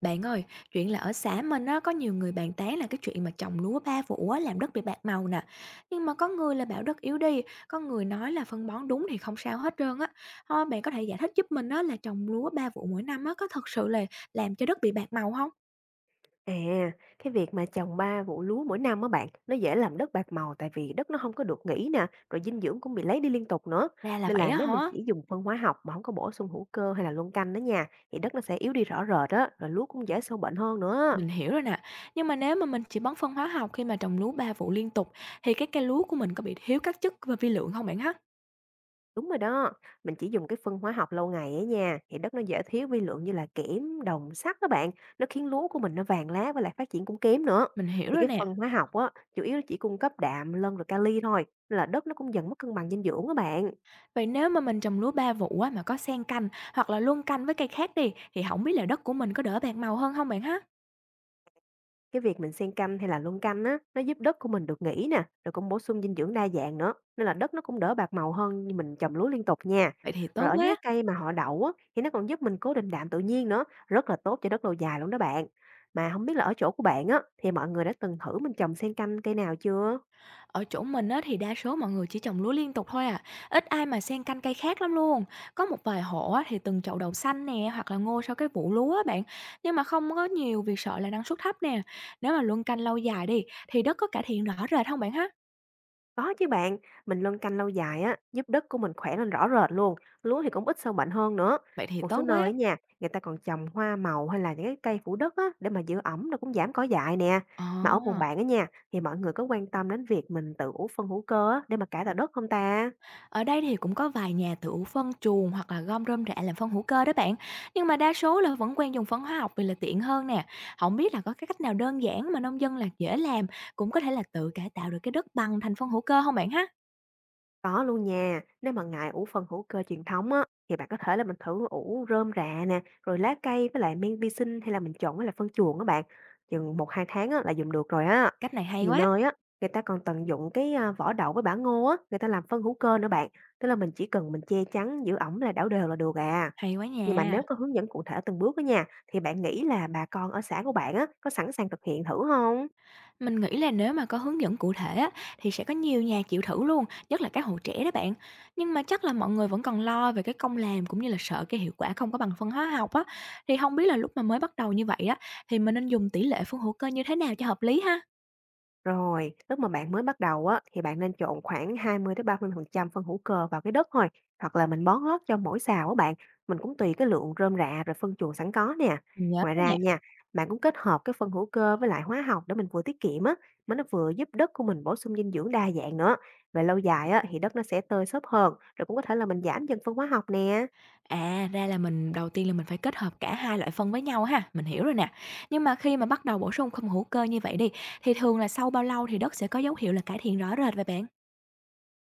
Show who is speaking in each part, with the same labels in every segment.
Speaker 1: Bạn ơi, chuyện là ở xã mình á, có nhiều người bàn tán là cái chuyện mà trồng lúa ba vụ á, làm đất bị bạc màu nè. Nhưng mà có người là bảo đất yếu đi, có người nói là phân bón đúng thì không sao hết trơn á. Thôi bạn có thể giải thích giúp mình á, là trồng lúa ba vụ mỗi năm á, có thật sự là làm cho đất bị bạc màu không?
Speaker 2: À, cái việc mà trồng 3 vụ lúa mỗi năm á bạn, nó dễ làm đất bạc màu tại vì đất nó không có được nghỉ nè, rồi dinh dưỡng cũng bị lấy đi liên tục nữa.
Speaker 1: Ra là
Speaker 2: Nên
Speaker 1: vậy
Speaker 2: là
Speaker 1: á
Speaker 2: nếu mình
Speaker 1: hả?
Speaker 2: chỉ dùng phân hóa học mà không có bổ sung hữu cơ hay là luân canh đó nha, thì đất nó sẽ yếu đi rõ rệt đó rồi lúa cũng dễ sâu bệnh hơn nữa.
Speaker 1: Mình hiểu rồi nè. Nhưng mà nếu mà mình chỉ bón phân hóa học khi mà trồng lúa ba vụ liên tục thì cái cây lúa của mình có bị thiếu các chất và vi lượng không bạn ha?
Speaker 2: Đúng rồi đó, mình chỉ dùng cái phân hóa học lâu ngày á nha, thì đất nó dễ thiếu vi lượng như là kẽm, đồng, sắt các bạn, nó khiến lúa của mình nó vàng lá và lại phát triển cũng kém nữa.
Speaker 1: Mình hiểu
Speaker 2: Thì
Speaker 1: rồi
Speaker 2: cái
Speaker 1: nè.
Speaker 2: phân hóa học á, chủ yếu nó chỉ cung cấp đạm, lân rồi kali thôi, nên là đất nó cũng dần mất cân bằng dinh dưỡng các bạn.
Speaker 1: Vậy nếu mà mình trồng lúa 3 vụ á, mà có xen canh hoặc là luân canh với cây khác đi, thì không biết là đất của mình có đỡ bạc màu hơn không bạn ha?
Speaker 2: Cái việc mình xen canh hay là luân canh á, nó giúp đất của mình được nghỉ nè, rồi cũng bổ sung dinh dưỡng đa dạng nữa, nên là đất nó cũng đỡ bạc màu hơn như mình trồng lúa liên tục nha.
Speaker 1: Vậy thì
Speaker 2: Rồi
Speaker 1: tốt
Speaker 2: ở những
Speaker 1: quá.
Speaker 2: cái cây mà họ đậu á, thì nó còn giúp mình cố định đạm tự nhiên nữa, rất là tốt cho đất lâu dài luôn đó bạn. Mà không biết là ở chỗ của bạn á, thì mọi người đã từng thử mình trồng xen canh cây nào chưa?
Speaker 1: Ở chỗ mình á, thì đa số mọi người chỉ trồng lúa liên tục thôi à, ít ai mà xen canh cây khác lắm luôn. Có một vài hộ á, thì từng chậu đậu xanh nè, hoặc là ngô sau cái vụ lúa á bạn, nhưng mà không có nhiều vì sợ là năng suất thấp nè. Nếu mà luân canh lâu dài đi, thì đất có cải thiện rõ rệt không bạn ha?
Speaker 2: Có chứ bạn, mình luân canh lâu dài á, giúp đất của mình khỏe lên rõ rệt luôn, lúa thì cũng ít sâu bệnh hơn nữa.
Speaker 1: Vậy thì
Speaker 2: Một số
Speaker 1: tốt
Speaker 2: nơi
Speaker 1: quá.
Speaker 2: ấy nha, người ta còn trồng hoa màu hay là những cái cây phủ đất á, để mà giữ ẩm nó cũng giảm cỏ dại nè.
Speaker 1: Ờ.
Speaker 2: Mà ở vùng bạn á nha, thì mọi người có quan tâm đến việc mình tự ủ phân hữu cơ á, để mà cải tạo đất không ta?
Speaker 1: Ở đây thì cũng có vài nhà tự phân chuồng hoặc là gom rơm rạ làm phân hữu cơ đó bạn. Nhưng mà đa số là vẫn quen dùng phân hóa học vì là tiện hơn nè. Không biết là có cái cách nào đơn giản mà nông dân là dễ làm cũng có thể là tự cải tạo được cái đất bằng thành phân hữu cơ không bạn ha?
Speaker 2: Có luôn nha, nếu mà ngại ủ phần hữu cơ truyền thống á, thì bạn có thể là mình thử ủ rơm rạ nè, rồi lá cây với lại men vi sinh hay là mình trộn với lại phân chuồng các bạn. Chừng 1-2 tháng á, là dùng được rồi á.
Speaker 1: Cách này
Speaker 2: Nhiều nơi á, người ta còn tận dụng vỏ đậu với bã ngô á, người ta làm phân hữu cơ nữa bạn. Tức là mình chỉ cần mình che chắn, giữ ẩm là đảo đều là được à.
Speaker 1: hay quá
Speaker 2: Nhưng mà
Speaker 1: nha.
Speaker 2: nếu có hướng dẫn cụ thể từng bước á nha, thì bạn nghĩ là bà con ở xã của bạn á, có sẵn sàng thực hiện thử không?
Speaker 1: Mình nghĩ là nếu mà có hướng dẫn cụ thể á, thì sẽ có nhiều nhà chịu thử luôn, nhất là các hộ trẻ đó bạn. Nhưng mà chắc là mọi người vẫn còn lo về cái công làm cũng như là sợ cái hiệu quả không có bằng phân hóa học á. Thì không biết là lúc mà mới bắt đầu như vậy á, thì mình nên dùng tỷ lệ phân hữu cơ như thế nào cho hợp lý ha?
Speaker 2: Rồi, lúc mà bạn mới bắt đầu á, thì bạn nên trộn khoảng hai mươi mươi ba mươi phần trăm phân hữu cơ vào cái đất thôi, hoặc là mình bón lót cho mỗi sào á bạn. Mình cũng tùy cái lượng rơm rạ rồi phân chuồng sẵn có nè.
Speaker 1: Mình nhớ
Speaker 2: Ngoài
Speaker 1: rồi
Speaker 2: ra
Speaker 1: nè.
Speaker 2: nha, bạn cũng kết hợp cái phân hữu cơ với lại hóa học để mình vừa tiết kiệm á, mà nó vừa giúp đất của mình bổ sung dinh dưỡng đa dạng nữa. Về lâu dài á, thì đất nó sẽ tơi xốp hơn, rồi cũng có thể là mình giảm dần phân hóa học nè.
Speaker 1: À, ra là mình đầu tiên là mình phải kết hợp cả hai loại phân với nhau ha, mình hiểu rồi nè. Nhưng mà khi mà bắt đầu bổ sung không hữu cơ như vậy đi, thì thường là sau bao lâu thì đất sẽ có dấu hiệu là cải thiện rõ rệt vậy bạn?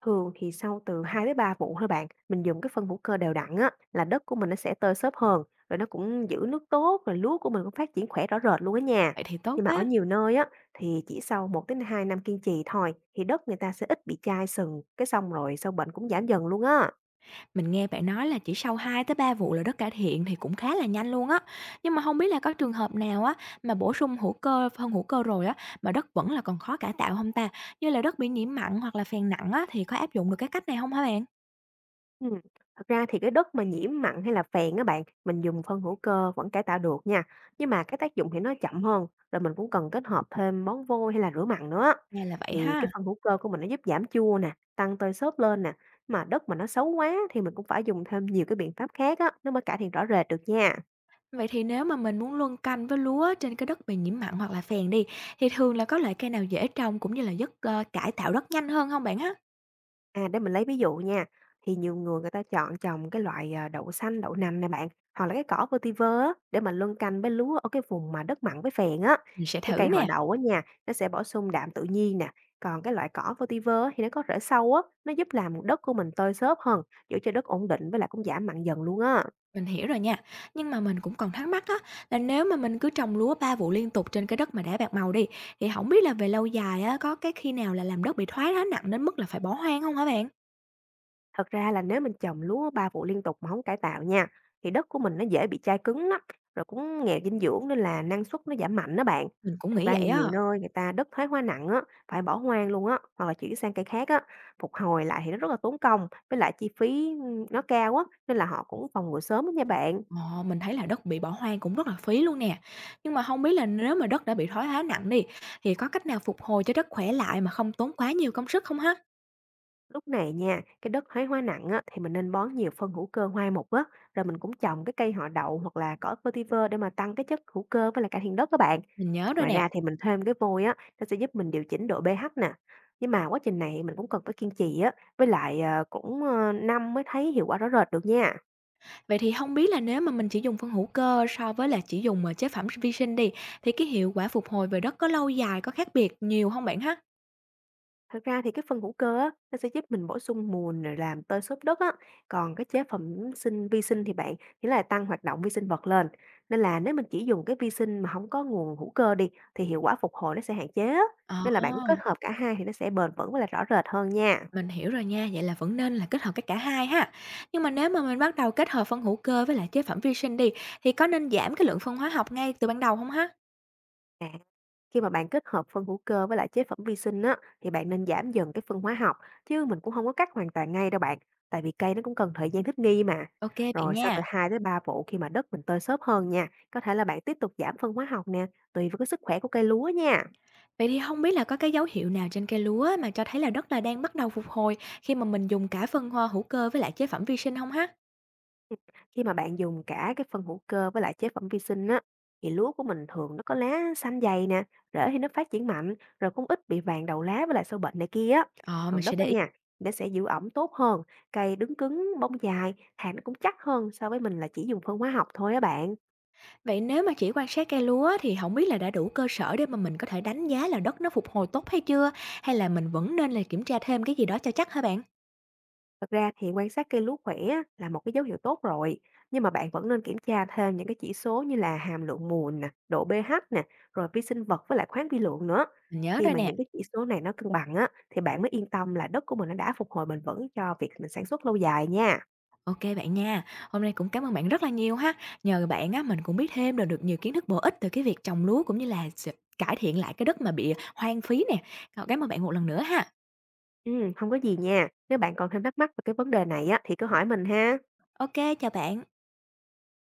Speaker 2: Thường thì sau từ 2-3 vụ thôi bạn, mình dùng cái phân hữu cơ đều đặn á, là đất của mình nó sẽ tơi xốp hơn, rồi nó cũng giữ nước tốt, rồi lúa của mình cũng phát triển khỏe rõ rệt luôn á nha.
Speaker 1: Vậy thì tốt
Speaker 2: Nhưng mà ở
Speaker 1: quá.
Speaker 2: nhiều nơi á, thì chỉ sau 1-2 năm kiên trì thôi, thì đất người ta sẽ ít bị chai sừng, cái xong rồi sâu bệnh cũng giảm dần luôn á.
Speaker 1: Mình nghe bạn nói là chỉ sau 2 tới 3 vụ là đất cải thiện thì cũng khá là nhanh luôn á. Nhưng mà không biết là có trường hợp nào á, mà bổ sung hữu cơ, phân hữu cơ rồi á, mà đất vẫn là còn khó cải tạo không ta? Như là đất bị nhiễm mặn hoặc là phèn nặng á, thì có áp dụng được cái cách này không hả bạn?
Speaker 2: Ừm, Thật ra thì cái đất mà nhiễm mặn hay là phèn á bạn, mình dùng phân hữu cơ vẫn cải tạo được nha, nhưng mà cái tác dụng thì nó chậm hơn, rồi mình cũng cần kết hợp thêm bón vôi hay là rửa mặn nữa.
Speaker 1: Nghe là vậy
Speaker 2: Thì cái
Speaker 1: ha.
Speaker 2: phân hữu cơ của mình nó giúp giảm chua nè, tăng tơi xốp lên nè, mà đất mà nó xấu quá thì mình cũng phải dùng thêm nhiều cái biện pháp khác á, nó mới cải thiện rõ rệt được nha.
Speaker 1: Vậy thì nếu mà mình muốn luân canh với lúa trên cái đất bị nhiễm mặn hoặc là phèn đi, thì thường là có loại cây nào dễ trồng cũng như là cải tạo đất nhanh hơn không bạn ha?
Speaker 2: À, để mình lấy ví dụ nha, thì nhiều người người ta chọn trồng cái loại, đậu xanh, đậu nành này bạn, hoặc là cái cỏ vetiver á, để mà luân canh với lúa ở cái vùng mà đất mặn với phèn á.
Speaker 1: Mình sẽ
Speaker 2: Cái
Speaker 1: thử
Speaker 2: cây họ
Speaker 1: nè.
Speaker 2: đậu á nha, nó sẽ bổ sung đạm tự nhiên nè, còn cái loại cỏ vetiver á thì nó có rễ sâu á, nó giúp làm đất của mình tơi xốp hơn, giữ cho đất ổn định với lại cũng giảm mặn dần luôn á.
Speaker 1: Mình hiểu rồi nha, nhưng mà mình cũng còn thắc mắc á, là nếu mà mình cứ trồng lúa 3 vụ liên tục trên cái đất mà đã bạc màu đi, thì không biết là về lâu dài á, có cái khi nào là làm đất bị thoái hóa nặng đến mức là phải bỏ hoang không hả bạn?
Speaker 2: Thật ra là nếu mình trồng lúa 3 vụ liên tục mà không cải tạo nha, thì đất của mình nó dễ bị chai cứng đó rồi cũng nghèo dinh dưỡng nên là năng suất nó giảm mạnh đó bạn.
Speaker 1: Mình cũng
Speaker 2: Thật
Speaker 1: nghĩ
Speaker 2: ra thì
Speaker 1: vậy
Speaker 2: nhiều
Speaker 1: á,
Speaker 2: nơi người ta đất thoái hóa nặng á, phải bỏ hoang luôn á, hoặc là chuyển sang cây khác á, phục hồi lại thì nó rất là tốn công, với lại chi phí, nó cao á, nên là họ cũng phòng ngừa sớm á nha bạn.
Speaker 1: ờ, mình thấy là đất bị bỏ hoang cũng rất là phí luôn nè. Nhưng mà không biết là nếu mà đất đã bị thoái hóa nặng đi, thì có cách nào phục hồi cho đất khỏe lại mà không tốn quá nhiều công sức không ha?
Speaker 2: Lúc này nha, cái đất thoái hóa nặng á, thì mình nên bón nhiều phân hữu cơ hoai mục á, rồi mình cũng trồng cái cây họ đậu hoặc là cỏ vetiver để mà tăng cái chất hữu cơ với lại cải thiện đất các bạn.
Speaker 1: Mình nhớ rồi
Speaker 2: Ngoài ra
Speaker 1: nè.
Speaker 2: thì mình thêm cái vôi á, nó sẽ giúp mình điều chỉnh độ pH nè. Nhưng mà quá trình này mình cũng cần phải kiên trì á, với lại, cũng, năm mới thấy hiệu quả rõ rệt được nha.
Speaker 1: Vậy thì không biết là nếu mà mình chỉ dùng phân hữu cơ so với là chỉ dùng, chế phẩm vi sinh đi, thì cái hiệu quả phục hồi về đất có lâu dài, có khác biệt nhiều không bạn ha?
Speaker 2: Thực ra thì cái phân hữu cơ á, nó sẽ giúp mình bổ sung mùn rồi làm tơi xốp đất á, còn cái chế phẩm sinh vi sinh thì bạn, chỉ là tăng hoạt động vi sinh vật lên. Nên là nếu mình chỉ dùng cái vi sinh mà không có nguồn hữu cơ đi, thì hiệu quả phục hồi nó sẽ hạn chế á,
Speaker 1: Ờ,
Speaker 2: nên là bạn cứ kết hợp cả hai thì nó sẽ bền vững và là rõ rệt hơn nha.
Speaker 1: mình hiểu rồi nha, vậy là vẫn nên là kết hợp cái cả hai ha. Nhưng mà nếu mà mình bắt đầu kết hợp phân hữu cơ với lại chế phẩm vi sinh đi, thì có nên giảm cái lượng phân hóa học ngay từ ban đầu không ha?
Speaker 2: À, khi mà bạn kết hợp phân hữu cơ với lại chế phẩm vi sinh á, thì bạn nên giảm dần cái phân hóa học, chứ mình cũng không có cắt hoàn toàn ngay đâu bạn. Tại vì cây nó cũng cần thời gian thích nghi mà.
Speaker 1: OK bạn
Speaker 2: Rồi sau
Speaker 1: nha.
Speaker 2: từ 2 tới 3 vụ khi mà đất mình tơi xốp hơn nha, có thể là bạn tiếp tục giảm phân hóa học nè, tùy vào cái sức khỏe của cây lúa nha.
Speaker 1: Vậy thì không biết là có cái dấu hiệu nào trên cây lúa mà cho thấy là đất là đang bắt đầu phục hồi khi mà mình dùng cả phân hoa hữu cơ với lại chế phẩm vi sinh không ha?
Speaker 2: Khi mà bạn dùng cả cái phân hữu cơ với lại chế phẩm vi sinh á, thì lúa của mình thường nó có lá xanh dày nè, rễ thì nó phát triển mạnh, rồi cũng ít bị vàng đầu lá với lại sâu bệnh này kia á.
Speaker 1: Ờ, mình
Speaker 2: Còn
Speaker 1: sẽ
Speaker 2: đất đó
Speaker 1: để ý.
Speaker 2: nha, nó sẽ giữ ẩm tốt hơn, cây đứng cứng, bông dài, hạt nó cũng chắc hơn so với mình là chỉ dùng phân hóa học thôi á bạn.
Speaker 1: Vậy nếu mà chỉ quan sát cây lúa thì không biết là đã đủ cơ sở để mà mình có thể đánh giá là đất nó phục hồi tốt hay chưa? Hay là mình vẫn nên là kiểm tra thêm cái gì đó cho chắc hả bạn?
Speaker 2: Thật ra thì quan sát cây lúa khỏe á, là một cái dấu hiệu tốt rồi, nhưng mà bạn vẫn nên kiểm tra thêm những cái chỉ số như là hàm lượng mùn nè, độ pH nè, rồi vi sinh vật với lại khoáng vi lượng nữa.
Speaker 1: Mình nhớ
Speaker 2: Khi
Speaker 1: rồi
Speaker 2: mà
Speaker 1: nè.
Speaker 2: những cái chỉ số này nó cân bằng á, thì bạn mới yên tâm là đất của mình nó đã phục hồi bền vững cho việc mình sản xuất lâu dài nha.
Speaker 1: OK bạn nha. Hôm nay cũng cảm ơn bạn rất là nhiều ha. Nhờ bạn á, mình cũng biết thêm được được nhiều kiến thức bổ ích từ cái việc trồng lúa cũng như là cải thiện lại cái đất mà bị hoang phí nè. Cảm ơn bạn một lần nữa ha.
Speaker 2: Ừ, không có gì nha. Nếu bạn còn thêm thắc mắc về cái vấn đề này á, thì cứ hỏi mình ha.
Speaker 1: OK chào bạn.